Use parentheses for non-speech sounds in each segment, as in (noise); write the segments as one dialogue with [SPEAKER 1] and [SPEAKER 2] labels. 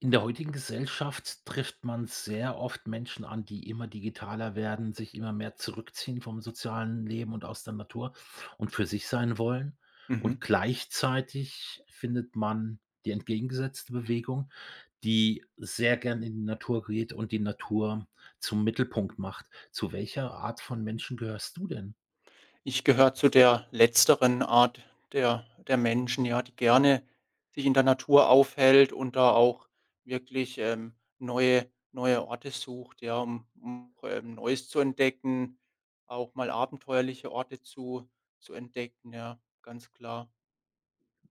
[SPEAKER 1] In der heutigen Gesellschaft trifft man sehr oft Menschen an, die immer digitaler werden, sich immer mehr zurückziehen vom sozialen Leben und aus der Natur und für sich sein wollen. Und
[SPEAKER 2] Mhm.
[SPEAKER 1] gleichzeitig findet man die entgegengesetzte Bewegung, die sehr gern in die Natur geht und die Natur zum Mittelpunkt macht. Zu welcher Art von Menschen gehörst du denn?
[SPEAKER 2] Ich gehöre zu der letzteren Art der Menschen, ja, die gerne sich in der Natur aufhält und da auch wirklich, neue Orte sucht, ja, um Neues zu entdecken, auch mal abenteuerliche Orte zu entdecken, ja, ganz klar.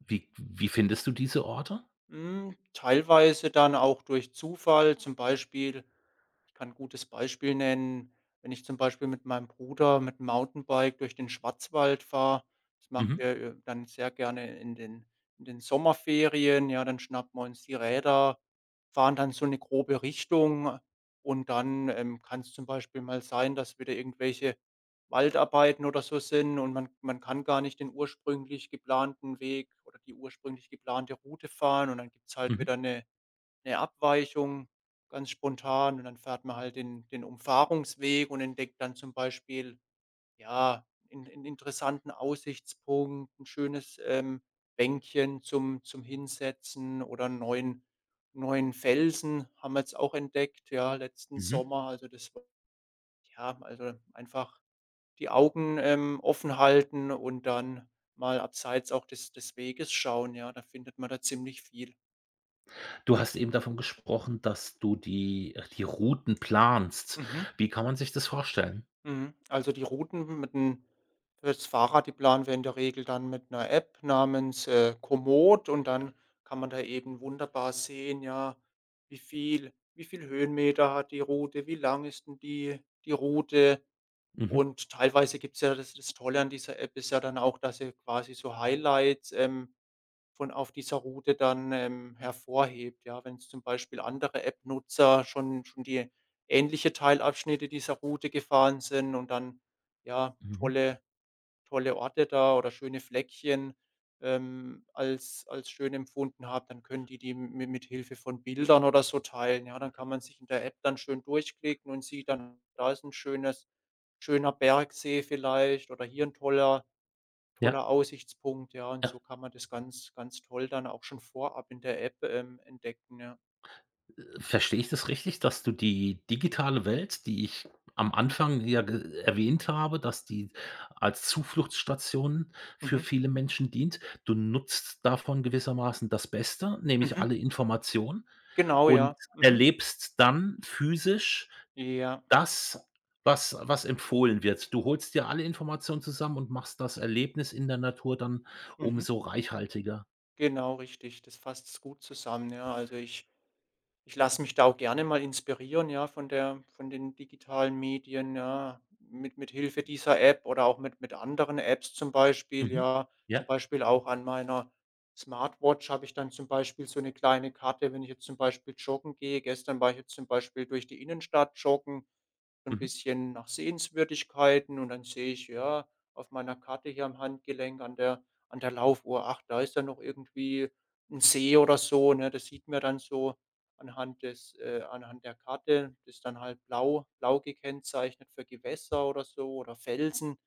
[SPEAKER 1] Wie findest du diese Orte?
[SPEAKER 2] Hm, teilweise dann auch durch Zufall, zum Beispiel ich kann 'n gutes Beispiel nennen, wenn ich zum Beispiel mit meinem Bruder mit 'm Mountainbike durch den Schwarzwald fahre. Das machen
[SPEAKER 1] Mhm,
[SPEAKER 2] wir, dann sehr gerne in den Sommerferien. Ja, dann schnappen wir uns die Räder, fahren dann so eine grobe Richtung und dann, kann es zum Beispiel mal sein, dass wieder irgendwelche Waldarbeiten oder so sind und man kann gar nicht den ursprünglich geplanten Weg oder die ursprünglich geplante Route fahren und dann gibt's halt
[SPEAKER 1] mhm,
[SPEAKER 2] wieder eine Abweichung ganz spontan und dann fährt man halt den Umfahrungsweg und entdeckt dann zum Beispiel, ja, 'n interessanten Aussichtspunkt, 'n schönes, Bänkchen zum Hinsetzen oder 'n neuen Felsen haben wir jetzt auch entdeckt, ja, letzten
[SPEAKER 1] mhm.
[SPEAKER 2] Sommer. Also, das war ja, also, einfach die Augen, offen halten und dann mal abseits auch des Weges schauen, ja, da findet man da ziemlich viel.
[SPEAKER 1] Du hast eben davon gesprochen, dass du die die Routen planst.
[SPEAKER 2] Mhm,
[SPEAKER 1] Wie kann man sich das vorstellen?
[SPEAKER 2] mhm. Also, die Routen mit dem für's Fahrrad, die planen wir in der Regel dann mit einer App namens, Komoot und dann kann man da eben wunderbar sehen, ja, wie viel Höhenmeter hat die Route, wie lang ist 'n die Route
[SPEAKER 1] Mhm,
[SPEAKER 2] und teilweise gibt es ja das das Tolle an dieser App ist ja dann auch, dass sie quasi so Highlights, schon auf dieser Route dann, hervorhebt. Ja, wenn's zum Beispiel andere App-Nutzer schon die ähnliche Teilabschnitte dieser Route gefahren sind und dann, ja,
[SPEAKER 1] mhm.
[SPEAKER 2] tolle Orte da oder schöne Fleckchen, als als schön empfunden haben, dann können die die mit Hilfe von Bildern oder so teilen. Ja, dann kann man sich in der App dann schön durchklicken und sieht dann, da ist ein schönes schöner Bergsee vielleicht oder hier ein toller
[SPEAKER 1] Ja,
[SPEAKER 2] toller Aussichtspunkt, ja, und
[SPEAKER 1] ja.
[SPEAKER 2] so kann man das ganz, ganz toll dann auch schon vorab in der App, entdecken, ja.
[SPEAKER 1] Verstehe ich das richtig, dass du die digitale Welt, die ich am
[SPEAKER 2] Mhm.
[SPEAKER 1] Anfang ja ge erwähnt habe, dass die als Zufluchtsstation für
[SPEAKER 2] Mhm,
[SPEAKER 1] viele Menschen dient. Du nutzt davon gewissermaßen das Beste, nämlich
[SPEAKER 2] mhm,
[SPEAKER 1] alle Informationen
[SPEAKER 2] genau, ja.
[SPEAKER 1] und
[SPEAKER 2] Mhm.
[SPEAKER 1] erlebst dann physisch
[SPEAKER 2] Ja,
[SPEAKER 1] das, was empfohlen wird. Du holst dir alle Informationen zusammen und machst das Erlebnis in der Natur dann
[SPEAKER 2] mhm,
[SPEAKER 1] umso reichhaltiger.
[SPEAKER 2] genau richtig. Das fasst's gut zusammen, ja. Also, ich lasse mich da auch gerne mal inspirieren, ja, von der von den digitalen Medien, ja, mit Hilfe dieser App oder auch mit anderen Apps zum Beispiel,
[SPEAKER 1] Mhm.
[SPEAKER 2] ja. Zum
[SPEAKER 1] Ja.
[SPEAKER 2] Beispiel auch an meiner Smartwatch habe ich dann zum Beispiel so eine kleine Karte, wenn ich jetzt zum Beispiel joggen gehe. Gestern war ich jetzt zum Beispiel durch die Innenstadt joggen, so ein
[SPEAKER 1] Mhm.
[SPEAKER 2] bisschen nach Sehenswürdigkeiten und dann sehe ich, ja, auf meiner Karte hier am Handgelenk an der Laufuhr, ach, da ist ja noch irgendwie ein See oder so, ne? Das sieht mir dann so anhand des anhand der Karte. Das ist dann halt blau gekennzeichnet für Gewässer oder so oder Felsen.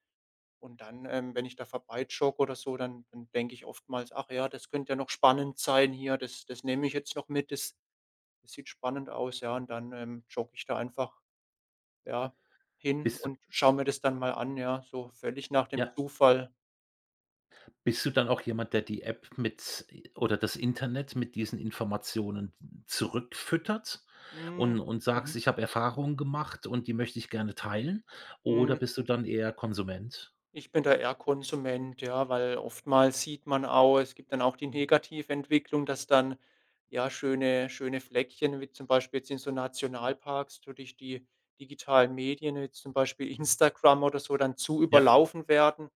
[SPEAKER 2] Und dann, wenn ich da vorbeijogge oder so, dann denke ich oftmals: „Ach ja, das könnte ja noch spannend sein hier. Das nehme ich jetzt noch mit. Das sieht spannend aus“, ja. Und dann, jogge ich da einfach, ja, hin
[SPEAKER 1] Bist du
[SPEAKER 2] und schaue mir das dann mal an, ja, so völlig nach dem
[SPEAKER 1] ja,
[SPEAKER 2] Zufall.
[SPEAKER 1] bist du dann auch jemand, der die App mit oder das Internet mit diesen Informationen zurückfüttert
[SPEAKER 2] Mhm.
[SPEAKER 1] und sagst:
[SPEAKER 2] Mhm.
[SPEAKER 1] „Ich habe Erfahrungen gemacht und die möchte ich gerne teilen“? Oder
[SPEAKER 2] Mhm.
[SPEAKER 1] bist du dann eher Konsument?
[SPEAKER 2] Ich bin da eher Konsument, ja, weil oftmals sieht man auch es gibt dann auch die Negativentwicklung, dass dann, ja, schöne Fleckchen, wie zum Beispiel jetzt in so Nationalparks durch die digitalen Medien, wie zum Beispiel (laughs) Instagram oder so, dann zu
[SPEAKER 1] Ja.
[SPEAKER 2] überlaufen werden.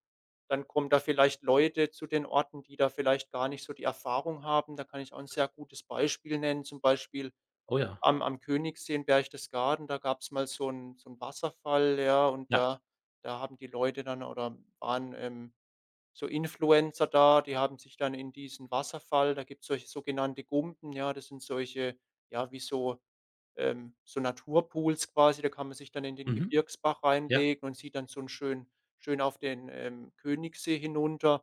[SPEAKER 2] Dann kommen da vielleicht Leute zu den Orten, die da vielleicht gar nicht so die Erfahrung haben. Da kann ich auch ein sehr gutes Beispiel nennen, zum Beispiel
[SPEAKER 1] Oh ja.
[SPEAKER 2] am Königssee in Berchtesgaden, da gab's mal so einen so 'n Wasserfall, ja, und
[SPEAKER 1] Ja.
[SPEAKER 2] da haben die Leute dann oder waren, so Influencer da, die haben sich dann in diesen Wasserfall da gibt's solche sogenannte Gumpen, ja, das sind solche, ja, wie so, so Naturpools quasi, da kann man sich dann in den
[SPEAKER 1] Mhm.
[SPEAKER 2] Gebirgsbach
[SPEAKER 1] Ja.
[SPEAKER 2] reinlegen und sieht dann so 'n schön auf den, Königssee hinunter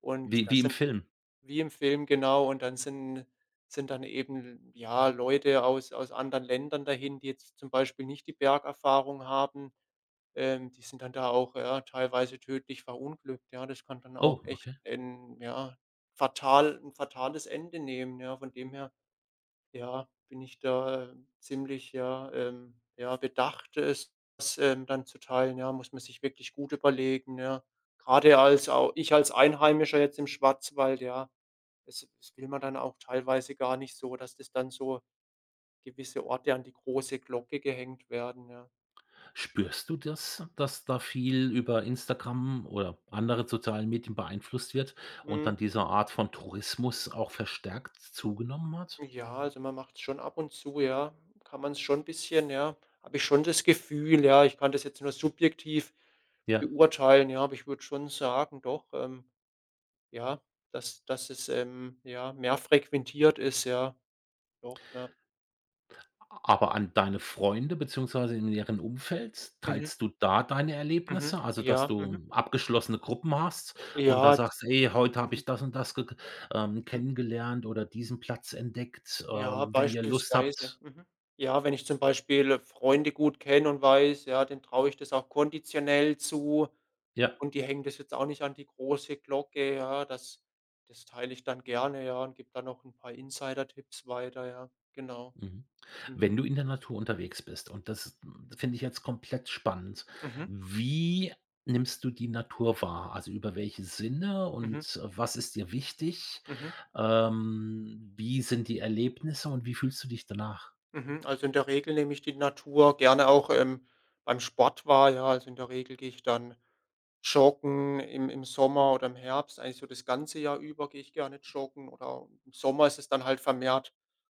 [SPEAKER 2] und
[SPEAKER 1] Wie
[SPEAKER 2] das
[SPEAKER 1] im Film.
[SPEAKER 2] wie im Film, genau. Und dann sind dann eben, ja, Leute aus aus anderen Ländern dahin, die jetzt zum Beispiel nicht die Bergerfahrung haben. Die sind dann da auch, ja, teilweise tödlich verunglückt, ja. Das kann dann auch
[SPEAKER 1] Oh,
[SPEAKER 2] echt
[SPEAKER 1] okay.
[SPEAKER 2] 'n ja, fatal ein fatales Ende nehmen, ja. Von dem her, ja, bin ich da ziemlich, ja, ja, bedacht, es das dann zu teilen, ja. Muss man sich wirklich gut überlegen, ja. Gerade als auch ich als Einheimischer jetzt im Schwarzwald, ja. Das will man dann auch teilweise gar nicht so, dass das dann so gewisse Orte an die große Glocke gehängt werden, ja.
[SPEAKER 1] Spürst du das, dass da viel über Instagram oder andere sozialen Medien beeinflusst wird und
[SPEAKER 2] Hm,
[SPEAKER 1] dann diese Art von Tourismus auch verstärkt zugenommen hat?
[SPEAKER 2] ja, also man macht es schon ab und zu, ja. Kann man es schon ein bisschen, ja habe ich schon das Gefühl, ja. Ich kann das jetzt nur subjektiv
[SPEAKER 1] Ja,
[SPEAKER 2] beurteilen, ja, aber ich würde schon sagen, doch, ja, dass es, ja, mehr frequentiert ist, ja, doch, ja.
[SPEAKER 1] aber an deine Freunde beziehungsweise in deren Umfeld,
[SPEAKER 2] Mhm,
[SPEAKER 1] teilst du da deine
[SPEAKER 2] mhm,
[SPEAKER 1] Erlebnisse? Also, dass
[SPEAKER 2] ja, mhm.
[SPEAKER 1] du abgeschlossene Gruppen hast und da
[SPEAKER 2] Ja, jetzt-
[SPEAKER 1] sagst: „Hey, heute habe
[SPEAKER 2] mhm,
[SPEAKER 1] ich das und das geg
[SPEAKER 2] mhm.
[SPEAKER 1] kennengelernt oder diesen Platz entdeckt,
[SPEAKER 2] Ja,
[SPEAKER 1] wenn ihr Lust
[SPEAKER 2] beispielsweise.
[SPEAKER 1] habt“,
[SPEAKER 2] Mhm. Ja, wenn ich zum Beispiel Freunde gut kenne und weiß, ja, denen traue ich das auch konditionell zu
[SPEAKER 1] ja.
[SPEAKER 2] und die hängen das jetzt auch nicht an die große Glocke, ja, das teile ich dann gerne, ja, und gebe dann noch ein paar Insider-Tipps weiter, ja, genau.
[SPEAKER 1] Mhm. Wenn
[SPEAKER 2] Mhm.
[SPEAKER 1] du in der Natur unterwegs bist und das finde ich jetzt komplett spannend,
[SPEAKER 2] Mhm.
[SPEAKER 1] wie nimmst du die Natur wahr? Also, über welche Sinne
[SPEAKER 2] Mhm.
[SPEAKER 1] und was ist dir wichtig?
[SPEAKER 2] Mhm.
[SPEAKER 1] Wie sind die Erlebnisse und wie fühlst du dich danach?
[SPEAKER 2] Mhm. Also, in der Regel nehme ich die Natur gerne auch, beim Sport wahr, ja. Also, in der Regel gehe ich dann Joggen im Sommer oder im Herbst, eigentlich so das ganze Jahr über gehe ich gerne joggen oder im Sommer ist es dann halt vermehrt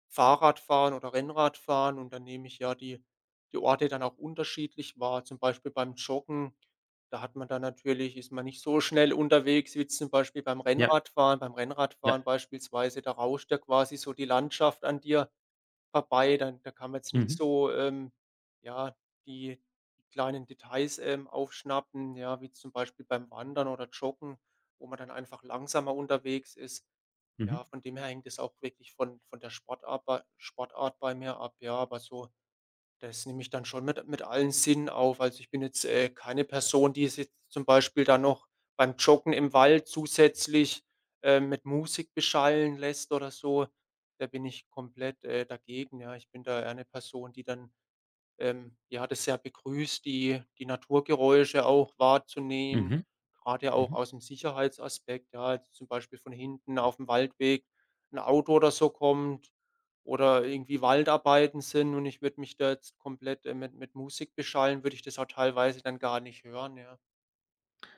[SPEAKER 2] Fahrradfahren oder Rennradfahren und dann nehme ich ja die Orte dann auch unterschiedlich wahr. Zum Beispiel beim Joggen, da hat man dann natürlich ist man nicht so schnell unterwegs wie jetzt zum Beispiel beim
[SPEAKER 1] Ja,
[SPEAKER 2] Rennradfahren. Beim
[SPEAKER 1] ja.
[SPEAKER 2] Rennradfahren beispielsweise, da rauscht ja quasi so die Landschaft an dir vorbei. Dann da kann man jetzt nicht
[SPEAKER 1] Mhm,
[SPEAKER 2] so, ja, die die kleinen Details, aufschnappen, ja, wie zum Beispiel beim Wandern oder Joggen, wo man dann einfach langsamer unterwegs ist.
[SPEAKER 1] mhm,
[SPEAKER 2] Ja, von dem her hängt es auch wirklich von der Sportart bei mir ab, ja, aber so das nehme ich dann schon mit allen Sinnen auf. Also, ich bin jetzt, keine Person, die es jetzt zum Beispiel dann noch beim Joggen im Wald zusätzlich, mit Musik beschallen lässt oder so. Da bin ich komplett, dagegen, ja. Ich bin da eher 'ne Person, die dann ja, das sehr begrüßt, die Naturgeräusche auch wahrzunehmen,
[SPEAKER 1] mhm,
[SPEAKER 2] gerade auch
[SPEAKER 1] mhm.
[SPEAKER 2] aus dem Sicherheitsaspekt, ja, jetzt zum Beispiel von hinten auf dem Waldweg ein Auto oder so kommt oder irgendwie Waldarbeiten sind und ich würde mich da jetzt komplett, mit Musik beschallen, würde ich das auch teilweise dann gar nicht hören, ja,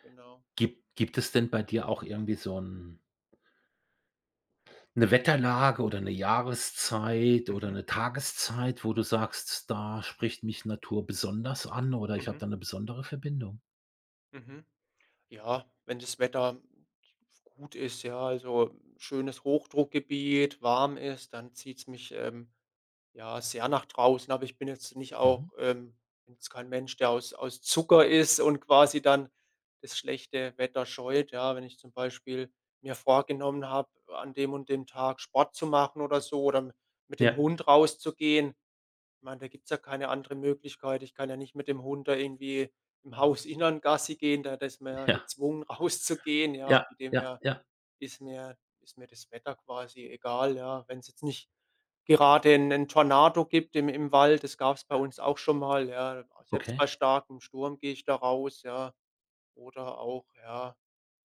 [SPEAKER 2] genau.
[SPEAKER 1] Gibt es denn bei dir auch irgendwie so 'n 'ne Wetterlage oder eine Jahreszeit oder
[SPEAKER 2] Mhm,
[SPEAKER 1] eine Tageszeit, wo du sagst: „Da spricht mich Natur besonders an“ oder „ich habe
[SPEAKER 2] mhm,
[SPEAKER 1] da eine besondere Verbindung“?
[SPEAKER 2] mhm. Ja, wenn das Wetter gut ist, ja, also schönes Hochdruckgebiet, warm ist, dann zieht's mich, Ja, sehr nach draußen, aber ich bin jetzt nicht auch
[SPEAKER 1] Mhm.
[SPEAKER 2] bin jetzt kein Mensch, der aus Zucker ist und quasi dann das schlechte Wetter scheut. Ja, wenn ich zum Beispiel mir vorgenommen habe, an dem und dem Tag Sport zu machen oder so oder m mit dem
[SPEAKER 1] Ja,
[SPEAKER 2] Hund rauszugehen. Ich meine, da gibt's ja keine andere Möglichkeit. Ich kann ja nicht mit dem Hund da irgendwie im Hausinneren Gassi gehen, da ist man ja
[SPEAKER 1] ja,
[SPEAKER 2] gezwungen (laughs) rauszugehen, ja,
[SPEAKER 1] ja,
[SPEAKER 2] von dem
[SPEAKER 1] ja,
[SPEAKER 2] her
[SPEAKER 1] ja,
[SPEAKER 2] ist mir das Wetter quasi egal, ja. Wenn es jetzt nicht gerade 'nen Tornado gibt im Wald, das gab es bei uns auch schon mal, ja. Selbst
[SPEAKER 1] okay.
[SPEAKER 2] bei starkem Sturm gehe ich da raus, ja. Oder auch, ja,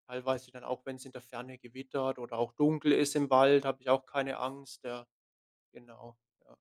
[SPEAKER 2] teilweise dann auch, wenn es in der Ferne gewittert oder auch dunkel ist im Wald, habe ich auch keine Angst, ja, genau, ja.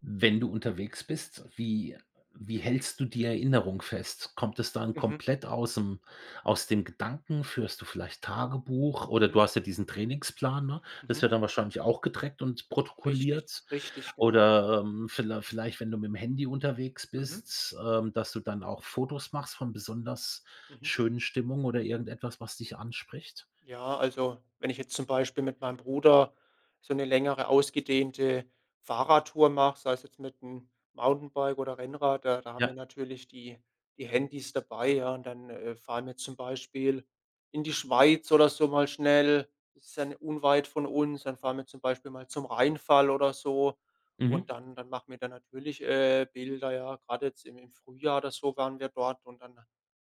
[SPEAKER 1] Wenn du unterwegs bist, wie hältst du die Erinnerung fest? Kommt es dann
[SPEAKER 2] Mhm,
[SPEAKER 1] komplett aus dem Gedanken? Führst du vielleicht Tagebuch oder
[SPEAKER 2] mhm,
[SPEAKER 1] du hast ja diesen Trainingsplan, ne? Das
[SPEAKER 2] mhm.
[SPEAKER 1] wird dann wahrscheinlich auch getrackt und
[SPEAKER 2] Richtig,
[SPEAKER 1] protokolliert
[SPEAKER 2] richtig, genau.
[SPEAKER 1] oder, vielleicht, wenn du mit dem Handy unterwegs
[SPEAKER 2] Mhm,
[SPEAKER 1] bist, dass du dann auch Fotos machst von besonders
[SPEAKER 2] mhm.
[SPEAKER 1] schönen Stimmungen oder irgendetwas, was dich anspricht?
[SPEAKER 2] Ja, also wenn ich jetzt zum Beispiel mit meinem Bruder so eine längere ausgedehnte Fahrradtour mache, sei es jetzt mit einem Mountainbike oder Rennrad, da haben
[SPEAKER 1] Ja,
[SPEAKER 2] wir natürlich die Handys dabei, ja, und dann, fahren wir zum Beispiel in die Schweiz oder so mal schnell. Das ist dann unweit von uns. Dann fahren wir zum Beispiel mal zum Rheinfall oder so und
[SPEAKER 1] mhm,
[SPEAKER 2] dann machen wir da natürlich, Bilder, ja. Gerade jetzt im Frühjahr oder so waren wir dort und dann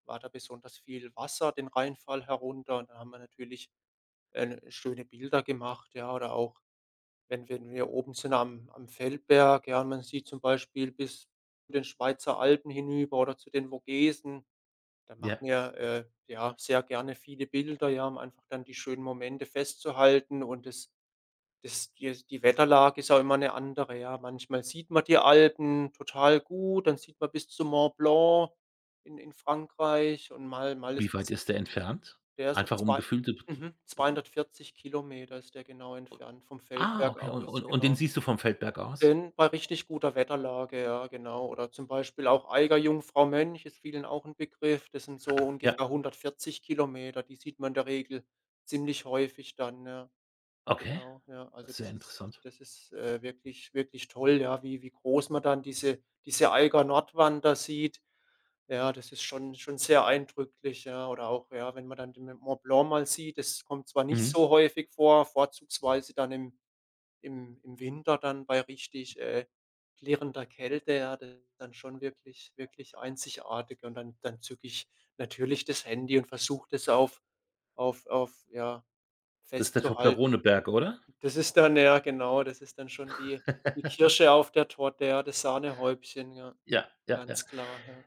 [SPEAKER 2] war da besonders viel Wasser den Rheinfall herunter und dann haben wir natürlich, schöne Bilder gemacht, ja, oder auch, wenn wir, wenn wir oben sind am Feldberg, ja, und man sieht zum Beispiel bis zu den Schweizer Alpen hinüber oder zu den Vogesen. Da
[SPEAKER 1] ja.
[SPEAKER 2] machen wir, ja, sehr gerne viele Bilder, ja, um einfach dann die schönen Momente festzuhalten, und das die Wetterlage ist auch immer eine andere, ja. Manchmal sieht man die Alpen total gut, dann sieht man bis zum Mont Blanc in Frankreich, und mal
[SPEAKER 1] Wie
[SPEAKER 2] ist
[SPEAKER 1] weit
[SPEAKER 2] es
[SPEAKER 1] ist der entfernt?
[SPEAKER 2] der ist so
[SPEAKER 1] Einfach um
[SPEAKER 2] zwei,
[SPEAKER 1] gefühlte,
[SPEAKER 2] mhm, 240 km ist der genau entfernt vom
[SPEAKER 1] ah,
[SPEAKER 2] Feldberg
[SPEAKER 1] okay. Und und
[SPEAKER 2] aus,
[SPEAKER 1] und den
[SPEAKER 2] genau.
[SPEAKER 1] siehst du vom Feldberg aus?
[SPEAKER 2] Denn bei richtig guter Wetterlage, ja, genau. Oder zum Beispiel auch Eiger, Jungfrau, Mönch ist vielen auch ein Begriff. Das sind so
[SPEAKER 1] Ja,
[SPEAKER 2] ungefähr 140 Kilometer, die sieht man in der Regel ziemlich häufig dann, ja.
[SPEAKER 1] okay,
[SPEAKER 2] Genau, ja. Also,
[SPEAKER 1] sehr
[SPEAKER 2] das ist
[SPEAKER 1] interessant.
[SPEAKER 2] das ist, wirklich toll, ja, wie groß man dann diese Eiger Nordwander sieht. Ja, das ist schon sehr eindrücklich, ja. Oder auch, ja, wenn man dann den Mont Blanc mal sieht, das kommt zwar nicht
[SPEAKER 1] Mhm.
[SPEAKER 2] so häufig vor, vorzugsweise dann im Winter, dann bei richtig, klirrender Kälte, ja, das ist dann schon wirklich einzigartig. Und dann zücke ich natürlich das Handy und versuche das auf ja,
[SPEAKER 1] Das ist der
[SPEAKER 2] festzuhalten.
[SPEAKER 1] Toblerone-Berg, oder?
[SPEAKER 2] Das ist dann, ja, genau, das ist dann schon die die
[SPEAKER 1] (laughs)
[SPEAKER 2] Kirsche auf der Torte, ja, das Sahnehäubchen, ja,
[SPEAKER 1] Ja, ja, ja.
[SPEAKER 2] ganz klar, ja.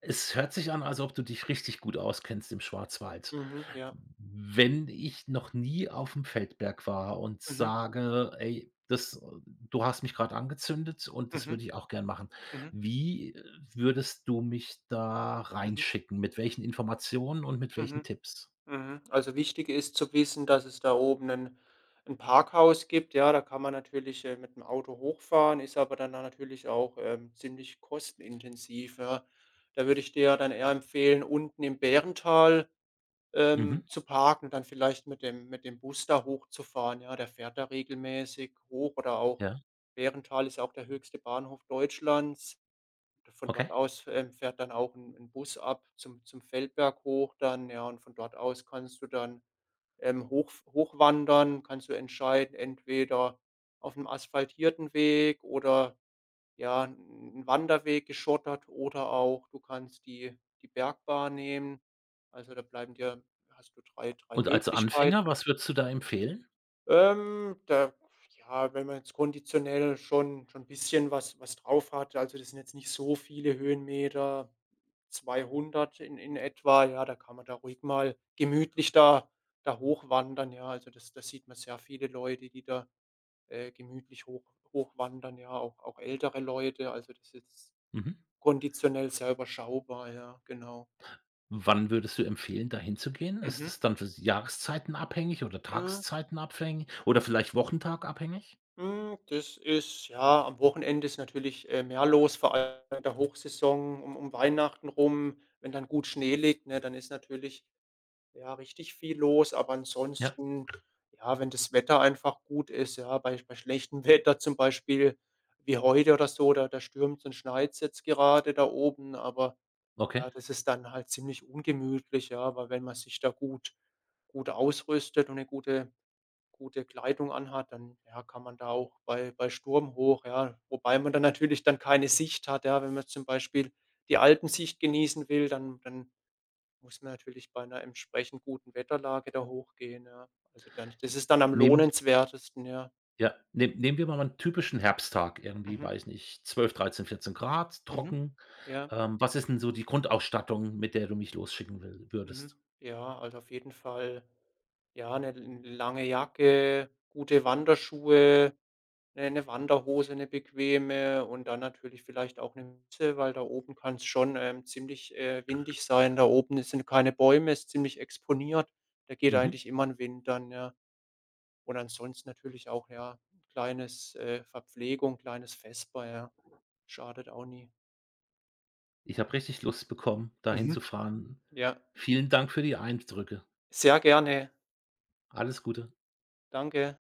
[SPEAKER 1] Es hört sich an, als ob du dich richtig gut auskennst im Schwarzwald.
[SPEAKER 2] Mhm, ja.
[SPEAKER 1] Wenn ich noch nie auf dem Feldberg war und
[SPEAKER 2] Mhm,
[SPEAKER 1] sage: „Ey, das du hast mich gerade angezündet und das
[SPEAKER 2] mhm.
[SPEAKER 1] würde ich auch gern machen.“
[SPEAKER 2] Mhm,
[SPEAKER 1] Wie, würdest du mich da
[SPEAKER 2] mhm,
[SPEAKER 1] reinschicken? Mit welchen Informationen und mit welchen
[SPEAKER 2] mhm,
[SPEAKER 1] Tipps?
[SPEAKER 2] mhm. Also wichtig ist zu wissen, dass es da oben ein 'n Parkhaus gibt. Ja, da kann man natürlich, mit dem Auto hochfahren, ist aber dann natürlich auch, ziemlich kostenintensiv, ja. Da würde ich dir ja dann eher empfehlen, unten im Bärental,
[SPEAKER 1] Mhm,
[SPEAKER 2] zu parken und dann vielleicht mit dem Bus da hochzufahren, ja. Der fährt da regelmäßig hoch, oder auch,
[SPEAKER 1] ja,
[SPEAKER 2] Bärental ist ja auch der höchste Bahnhof Deutschlands. Von dort
[SPEAKER 1] okay.
[SPEAKER 2] aus, fährt dann auch ein 'n Bus ab zum zum Feldberg hoch dann, ja, und von dort aus kannst du dann, hochwandern, kannst du entscheiden, entweder auf einem asphaltierten Weg oder, ja, ein Wanderweg geschottert, oder auch du kannst die Bergbahn nehmen. Also, da bleiben dir, hast du drei
[SPEAKER 1] Und als Anfänger,
[SPEAKER 2] Möglichkeiten.
[SPEAKER 1] was würdest du da empfehlen?
[SPEAKER 2] Da ja, wenn man jetzt konditionell schon ein bisschen was drauf hat, also, das sind jetzt nicht so viele Höhenmeter, 200 in etwa, ja, da kann man da ruhig mal gemütlich da hochwandern, ja. Also, das sieht man, sehr viele Leute, die da, gemütlich hochwandern, ja, auch ältere Leute. Also, das ist
[SPEAKER 1] Mhm.
[SPEAKER 2] konditionell sehr überschaubar, ja, genau.
[SPEAKER 1] Wann würdest du empfehlen, da hinzugehen? Ist
[SPEAKER 2] Mhm.
[SPEAKER 1] das dann für s Jahreszeiten abhängig oder
[SPEAKER 2] Mhm.
[SPEAKER 1] Tageszeiten abhängig oder vielleicht Wochentag abhängig?
[SPEAKER 2] Hm, das ist, ja, am Wochenende ist natürlich, mehr los, vor allem in der Hochsaison um Weihnachten rum. Wenn dann gut Schnee liegt, ne, dann ist natürlich, ja, richtig viel los. Aber
[SPEAKER 1] Ja,
[SPEAKER 2] ansonsten, ja, wenn das Wetter einfach gut ist, ja, bei schlechtem (laughs) Wetter, zum Beispiel wie heute oder so, da stürmt's und schneit jetzt gerade da oben, aber
[SPEAKER 1] okay.
[SPEAKER 2] ja, das ist dann halt ziemlich ungemütlich, ja. Aber wenn man sich da gut ausrüstet und eine gute Kleidung anhat, dann, ja, kann man da auch bei Sturm hoch, ja. Wobei man dann natürlich dann keine Sicht hat, ja. Wenn man zum Beispiel die Alpensicht genießen will, dann muss man natürlich bei einer entsprechend guten Wetterlage da hochgehen, ja. Also, dann, das ist dann am
[SPEAKER 1] Nehmen
[SPEAKER 2] lohnenswertesten, ja.
[SPEAKER 1] ja, nehm Nehmen wir mal einen typischen Herbsttag, irgendwie,
[SPEAKER 2] Mhm,
[SPEAKER 1] weiß nicht, 12, 13, 14 Grad,
[SPEAKER 2] mhm,
[SPEAKER 1] trocken.
[SPEAKER 2] ja,
[SPEAKER 1] Was ist denn so die Grundausstattung, mit der du mich losschicken will
[SPEAKER 2] mhm.
[SPEAKER 1] würdest?
[SPEAKER 2] Ja, also, auf jeden Fall, ja, eine lange Jacke, gute Wanderschuhe, eine Wanderhose, eine bequeme, und dann natürlich vielleicht auch eine Mütze, weil da oben kann es schon, ziemlich, windig sein. Da oben, es sind keine Bäume, ist ziemlich exponiert. Da geht
[SPEAKER 1] Mhm.
[SPEAKER 2] eigentlich immer ein Wind dann, ja. Und ansonsten natürlich auch, ja, ein kleines, Verpflegung, kleines Vesper, ja. Schadet auch nie.
[SPEAKER 1] Ich habe richtig Lust bekommen, da
[SPEAKER 2] Mhm.
[SPEAKER 1] hinzufahren.
[SPEAKER 2] Ja,
[SPEAKER 1] Vielen Dank für die Eindrücke.
[SPEAKER 2] sehr gerne.
[SPEAKER 1] Alles Gute.
[SPEAKER 2] Danke.